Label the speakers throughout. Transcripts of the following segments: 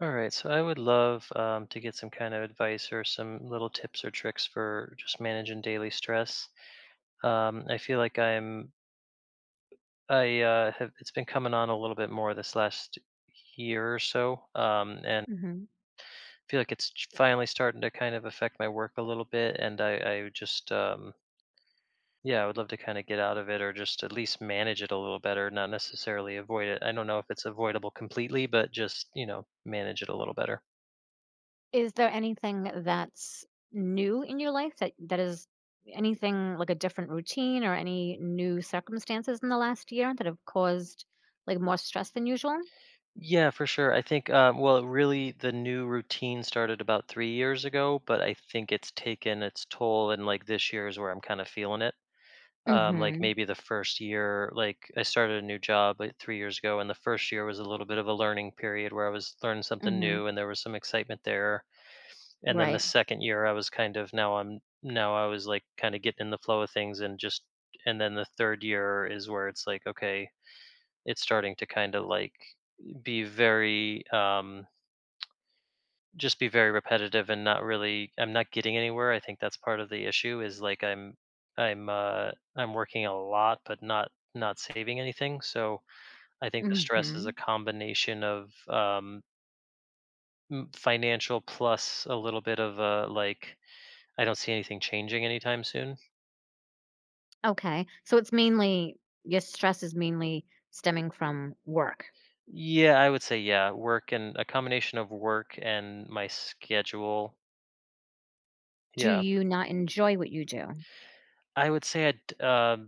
Speaker 1: All right, so I would love to get some kind of advice or some little tips or tricks for just managing daily stress. I feel like I'm I have it's been coming on a little bit more this last year or so, and
Speaker 2: Mhm.
Speaker 1: I feel like finally starting to kind of affect my work a little bit. And I would just yeah, I would love to kind of get out of it or just at least manage it a little better, not necessarily avoid it. I don't know if it's avoidable completely, but just manage it a little better.
Speaker 2: Is there anything that's new in your life that is anything like a different routine or any new circumstances in the last year that have caused like more stress than usual?
Speaker 1: Yeah, for sure. I think, well, really, the new routine started about 3 years ago, but I think it's taken its toll. And like this year is where I'm kind of feeling it. Like
Speaker 2: Mhm.
Speaker 1: maybe the first year, like I started a new job like 3 years ago, and the first year was a little bit of a learning period where I was learning something
Speaker 2: Mhm.
Speaker 1: new and there was some excitement there. And then the
Speaker 2: Right.
Speaker 1: second year, I was kind of, now I was like kind of getting in the flow of things and just, and then the third year is where it's like, okay, it's starting to kind of like be very, just be very repetitive and not really, I'm not getting anywhere. I think that's part of the issue is like I'm working a lot but not saving anything. So I think the stress is a
Speaker 2: Mhm.
Speaker 1: combination of financial plus a little bit of like I don't see anything changing anytime soon.
Speaker 2: Okay. So it's mainly your stress is mainly stemming from work.
Speaker 1: Yeah, I would say yeah, work and a combination of work and my schedule.
Speaker 2: Do
Speaker 1: Yeah.
Speaker 2: you not enjoy what you do?
Speaker 1: I would say I'd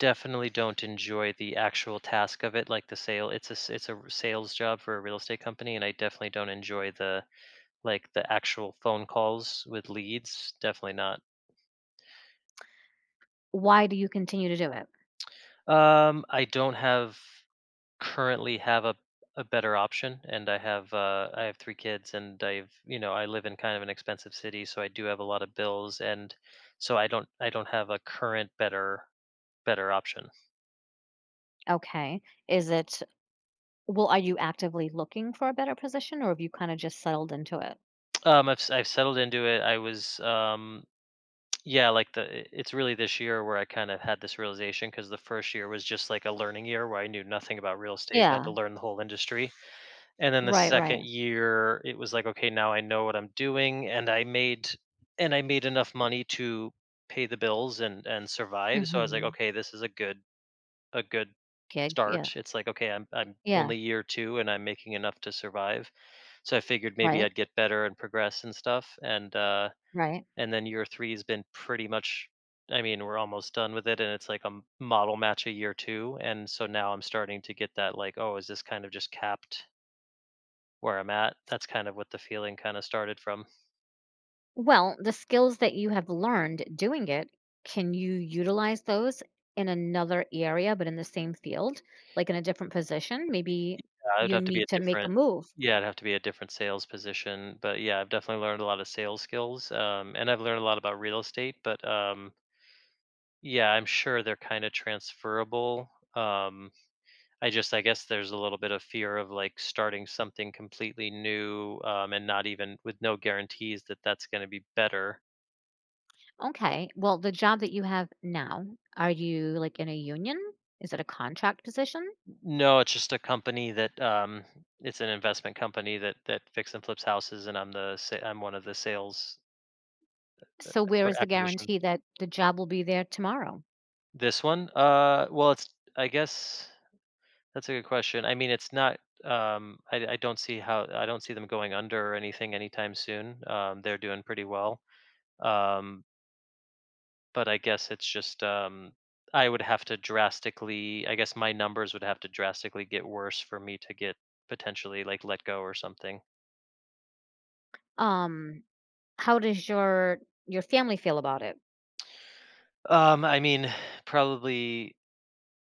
Speaker 1: definitely don't enjoy the actual task of it, like the sale. It's a s it's a r sales job for a real estate company, and I definitely don't enjoy the, like, the actual phone calls with leads, definitely not.
Speaker 2: Why do you continue to do it?
Speaker 1: I don't have currently have a better option, and I have 3 kids, and I've I live in kind of an expensive city, so I do have a lot of bills, and so I don't have a current better option.
Speaker 2: Okay. Is it Well, are you actively looking for a better position or have you kind of just settled into it?
Speaker 1: I've settled into it. Yeah, like it's really this year where I kind of had this realization because the first year was just like a learning year where I knew nothing about real estate, had to
Speaker 2: Yeah.
Speaker 1: learn the whole industry. And then the
Speaker 2: Right,
Speaker 1: second
Speaker 2: right.
Speaker 1: year, it was like, okay, now I know what I'm doing and I made enough money to pay the bills and survive. So I was like,
Speaker 2: Mhm.
Speaker 1: okay, this is a good a good
Speaker 2: Gig, yeah.
Speaker 1: start. It's like, okay, I'm
Speaker 2: Yeah,
Speaker 1: only year 2 and I'm making enough to survive. So I figured maybe
Speaker 2: right,
Speaker 1: I'd get better and progress and stuff
Speaker 2: right.
Speaker 1: and then year 3 has been pretty much, I mean, we're almost done with it, and it's like a model match a year 2, and so now I'm starting to get that, like, oh, is this kind of just capped where I'm at? That's kind of what the feeling kind of started from.
Speaker 2: Well, the skills that you have learned doing it, can you utilize those in another area, but in the same field? Like, in a different position? Maybe
Speaker 1: It'd
Speaker 2: you
Speaker 1: have to be a
Speaker 2: need to make a
Speaker 1: different
Speaker 2: move.
Speaker 1: Yeah, it'd have to be a different sales position, but yeah, I've definitely learned a lot of sales skills, and I've learned a lot about real estate, but yeah, I'm sure they're kind of transferable. um, I guess there's a little bit of fear of, like, starting something completely new, and not even with no guarantees that that's gonna be better.
Speaker 2: Okay, well, the job that you have now, are you, like, in a union? Is it a contract position?
Speaker 1: No, it's just a company that, it's an investment company that fix and flips houses, and I'm one of the sales
Speaker 2: So where
Speaker 1: or
Speaker 2: is the
Speaker 1: acquisitions.
Speaker 2: guarantee that the job will be there tomorrow?
Speaker 1: This one? Well, it's I guess that's a good question. I mean, it's not, I don't see how, I don't see them going under or anything anytime soon. They're doing pretty well. Um But I guess it's just, I guess my numbers would have to drastically get worse for me to get potentially, like, let go or something.
Speaker 2: Um, how does your family feel about it?
Speaker 1: I mean, probably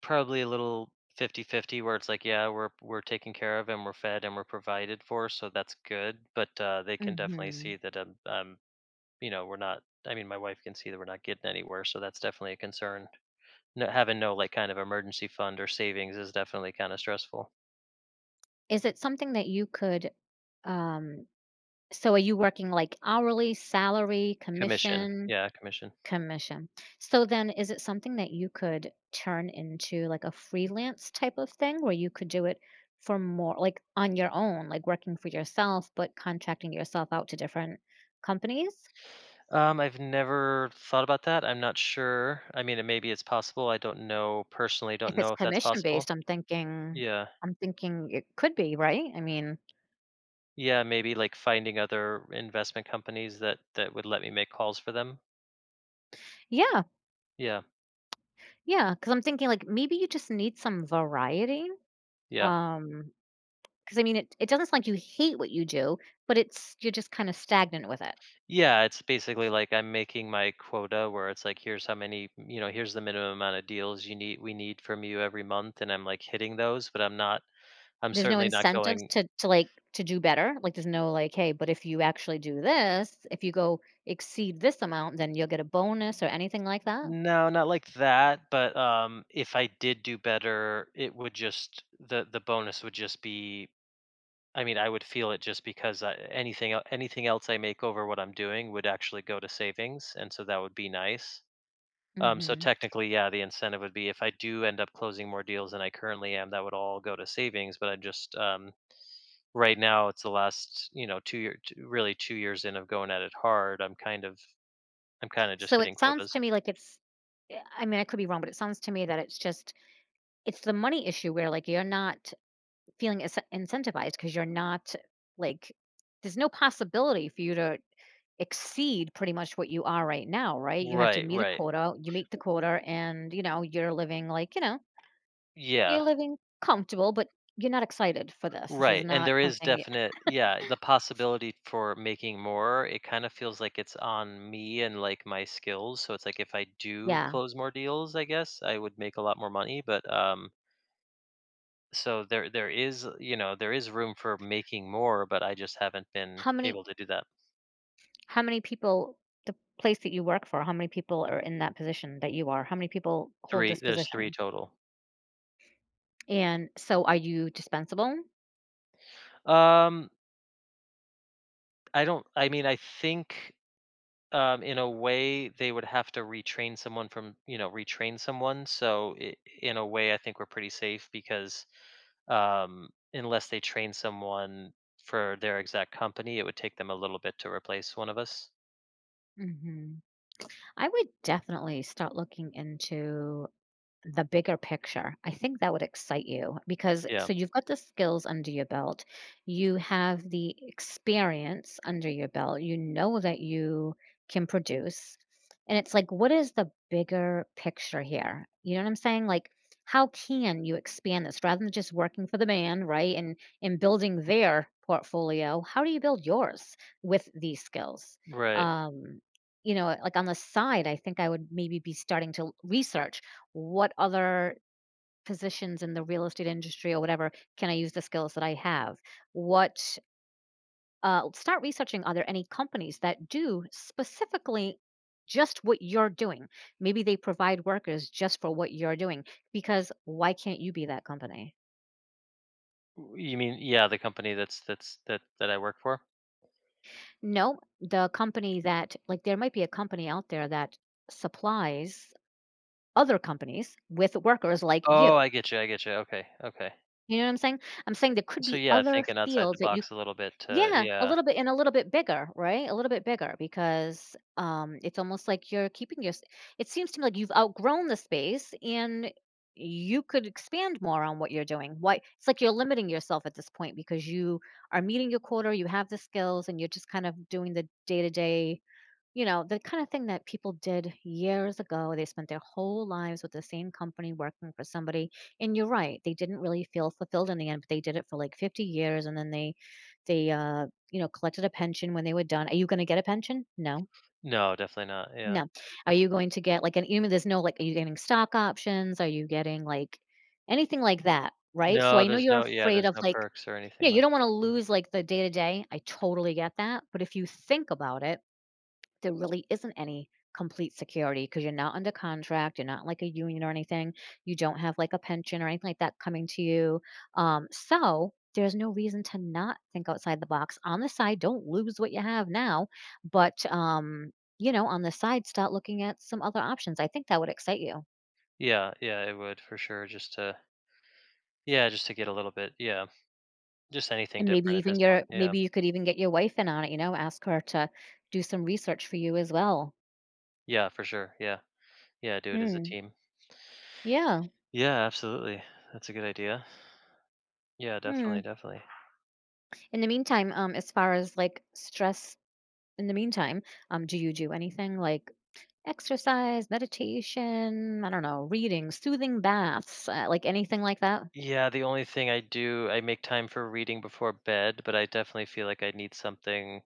Speaker 1: probably a little fifty fifty where it's like, yeah, we're taken care of and we're fed and we're provided for, so that's good, but, they can definitely see
Speaker 2: Mhm.
Speaker 1: that, you know, we're not, I mean, my wife can see that we're not getting anywhere, so that's definitely a concern. No, having no, like, kind of emergency fund or savings is definitely kinda stressful.
Speaker 2: Is it something that you could, um so are you working like hourly, salary,
Speaker 1: Commission.
Speaker 2: commission?
Speaker 1: Yeah, commission.
Speaker 2: Commission. So then is it something that you could turn into like a freelance type of thing where you could do it for more like on your own, like working for yourself, but contracting yourself out to different companies?
Speaker 1: I've never thought about that. I'm not sure. I mean, it maybe it's possible. I don't know, personally, don't
Speaker 2: If it's
Speaker 1: know if that's
Speaker 2: commission
Speaker 1: possible.
Speaker 2: based, I'm thinking
Speaker 1: Yeah.
Speaker 2: I'm thinking it could be, right? I mean,
Speaker 1: Yeah, maybe like finding other investment companies that would let me make calls for them.
Speaker 2: yeah,
Speaker 1: Yeah.
Speaker 2: yeah, because 'cause I'm thinking like maybe you just need some variety.
Speaker 1: Yeah.
Speaker 2: Um 'Cause I mean, it doesn't sound like you hate what you do, but it's you're just kinda stagnant with it.
Speaker 1: Yeah, it's basically like I'm making my quota where it's like here's how many, you know, here's the minimum amount of deals you need we need from you every month, and I'm like hitting those, but I'm not, I'm
Speaker 2: There's no
Speaker 1: certainly not
Speaker 2: incentives
Speaker 1: going.
Speaker 2: like to do better. Like, there's no, like, "Hey, but if you actually do this, if you go exceed this amount, then you'll get a bonus," or anything like that?
Speaker 1: No, not like that, but, if I did do better, it would just the bonus would just be. I mean, I would feel it just because I anything else I make over what I'm doing would actually go to savings, and so that would be nice. So
Speaker 2: Mhm.
Speaker 1: technically, yeah, the incentive would be if I do end up closing more deals than I currently am, that would all go to savings, but right now, it's the last, you know, 2 years in of going at it hard. I'm kinda just
Speaker 2: So
Speaker 1: hitting
Speaker 2: it sounds
Speaker 1: quotas.
Speaker 2: to me like it's I mean, I could be wrong, but it sounds to me that it's just it's the money issue where, like, you're not feeling incentivized because 'cause you're not, like there's no possibility for you to exceed pretty much what you are right now, right? You have to
Speaker 1: Right,
Speaker 2: meet a
Speaker 1: right.
Speaker 2: quota, you meet the quota, and you're living like,
Speaker 1: Yeah.
Speaker 2: you're living comfortable, but you're not excited for this. This is
Speaker 1: Right, and
Speaker 2: not
Speaker 1: there is
Speaker 2: something y
Speaker 1: definite yeah, the possibility for making more, it kinda feels like it's on me and, like, my skills, so it's like if I do
Speaker 2: yeah.
Speaker 1: close more deals, I guess, I would make a lot more money, but, so there is, you know, there is room for making more, but I just haven't been
Speaker 2: How many
Speaker 1: able to do that.
Speaker 2: how many people the place that you work for, how many people are in that position that you are? How many people hold
Speaker 1: 3,
Speaker 2: this
Speaker 1: there's 3
Speaker 2: position?
Speaker 1: total.
Speaker 2: And so are you dispensable?
Speaker 1: Um, I don't, I mean, I think, in a way, they would have to retrain someone from, you know, retrain someone, so I in a way, I think we're pretty safe because, unless they train someone for their exact company, it would take them a little bit to replace one of us.
Speaker 2: Mhm. I would definitely start looking into the bigger picture. I think that would excite you because
Speaker 1: Yeah,
Speaker 2: so you've got the skills under your belt, you have the experience under your belt, you know that you can produce. And it's like, what is the bigger picture here? You know what I'm saying? Like, how can you expand this rather than just working for the man, right? And building their portfolio. How do you build yours with these skills?
Speaker 1: right.
Speaker 2: Um, like on the side, I think I would maybe be starting to research what other positions in the real estate industry or whatever can I use the skills that I have? What Start researching, are there any companies that do specifically just what you're doing? Maybe they provide workers just for what you're doing because why can't you be that company?
Speaker 1: You mean, yeah, the company that I work for.
Speaker 2: No, the company that like there might be a company out there that supplies other companies with workers like
Speaker 1: Oh,
Speaker 2: you.
Speaker 1: I get you. I get you. Okay, okay.
Speaker 2: You know what I'm saying? I'm saying there could
Speaker 1: So
Speaker 2: be
Speaker 1: yeah,
Speaker 2: other
Speaker 1: thinking outside the
Speaker 2: fields that you.
Speaker 1: box a little bit.
Speaker 2: Yeah, a
Speaker 1: Yeah,
Speaker 2: little bit and a little bit bigger, right? A little bit bigger because it's almost like you're keeping your it seems to me like you've outgrown the space and you could expand more on what you're doing. Why it's like you're limiting yourself at this point because you are meeting your quota, you have the skills and you're just kind of doing the day-to-day, the kind of thing that people did years ago. They spent their whole lives with the same company working for somebody. And you're right, they didn't really feel fulfilled in the end, but they did it for like 50 years and then they collected a pension when they were done. Are you going to get a pension? No.
Speaker 1: no, definitely not. Yeah,
Speaker 2: No. Are you going to get like an even there's no like are you getting stock options? Are you getting like anything like that, right? So
Speaker 1: no,
Speaker 2: I know
Speaker 1: there's
Speaker 2: you're
Speaker 1: no yeah,
Speaker 2: afraid
Speaker 1: there's
Speaker 2: of
Speaker 1: no
Speaker 2: like
Speaker 1: perks or anything
Speaker 2: yeah, you
Speaker 1: like
Speaker 2: don't want to
Speaker 1: that.
Speaker 2: lose like the day to day. I totally get that, but if you think about it, there really isn't any complete security because you're not under contract, you're not like a union or anything, you don't have like a pension or anything like that coming to you. So there's no reason to not think outside the box. On the side, don't lose what you have now, but on the side, start looking at some other options. I think that would excite you.
Speaker 1: Yeah, yeah, it would for sure. Just to, yeah, just to get a little bit. Yeah, just anything
Speaker 2: And maybe
Speaker 1: different at this
Speaker 2: even
Speaker 1: point.
Speaker 2: your
Speaker 1: Yeah,
Speaker 2: maybe you could even get your wife in on it, ask her to do some research for you as well.
Speaker 1: yeah, for sure. Yeah, yeah, do it as a
Speaker 2: Hmm.
Speaker 1: team.
Speaker 2: Yeah.
Speaker 1: Yeah, absolutely. That's a good idea. Yeah,
Speaker 2: Hmm.
Speaker 1: definitely, definitely.
Speaker 2: In the meantime, as far as like stress in the meantime, do you do anything like exercise, meditation, I don't know, reading, soothing baths, like anything like that?
Speaker 1: Yeah, the only thing I do, I make time for reading before bed, but I definitely feel like I need something,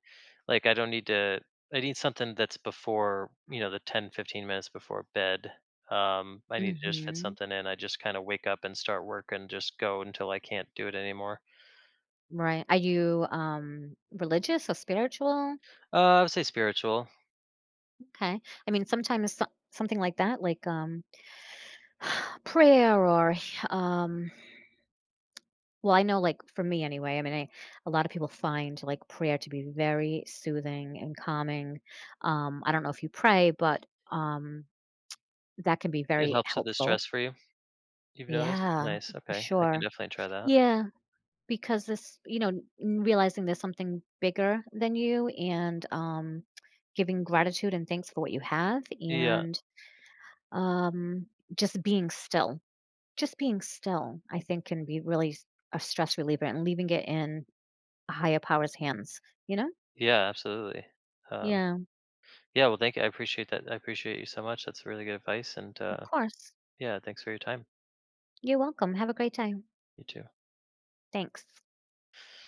Speaker 1: like I don't need to I need something that's before, you know, the 10-15 minutes before bed. I need to just fit
Speaker 2: Hmm.
Speaker 1: something in. I just kind of wake up and start work and just go until I can't do it anymore.
Speaker 2: Right. Are you religious or spiritual?
Speaker 1: I would say spiritual.
Speaker 2: Okay. I mean, sometimes something like that, like, prayer or um well, I know like for me anyway, I mean, I a lot of people find like prayer to be very soothing and calming. I don't know if you pray, but um that can be
Speaker 1: It
Speaker 2: very
Speaker 1: helps with the
Speaker 2: helpful.
Speaker 1: stress for you. You've noticed?
Speaker 2: Yeah,
Speaker 1: Nice.
Speaker 2: for
Speaker 1: Okay. I can
Speaker 2: sure.
Speaker 1: definitely try that.
Speaker 2: Yeah, because this, realizing there's something bigger than you and giving gratitude and thanks for what you have
Speaker 1: Yeah.
Speaker 2: and um just being still. Just being still, I think can be really a stress reliever, and leaving it in a higher power's hands, you know?
Speaker 1: Yeah, absolutely. Um
Speaker 2: Yeah,
Speaker 1: Yeah, well, thank you. I appreciate that. I appreciate you so much. That's really good advice. And
Speaker 2: of
Speaker 1: uh,
Speaker 2: course.
Speaker 1: yeah, thanks for your time.
Speaker 2: You're welcome. Have a great day.
Speaker 1: You too.
Speaker 2: Thanks.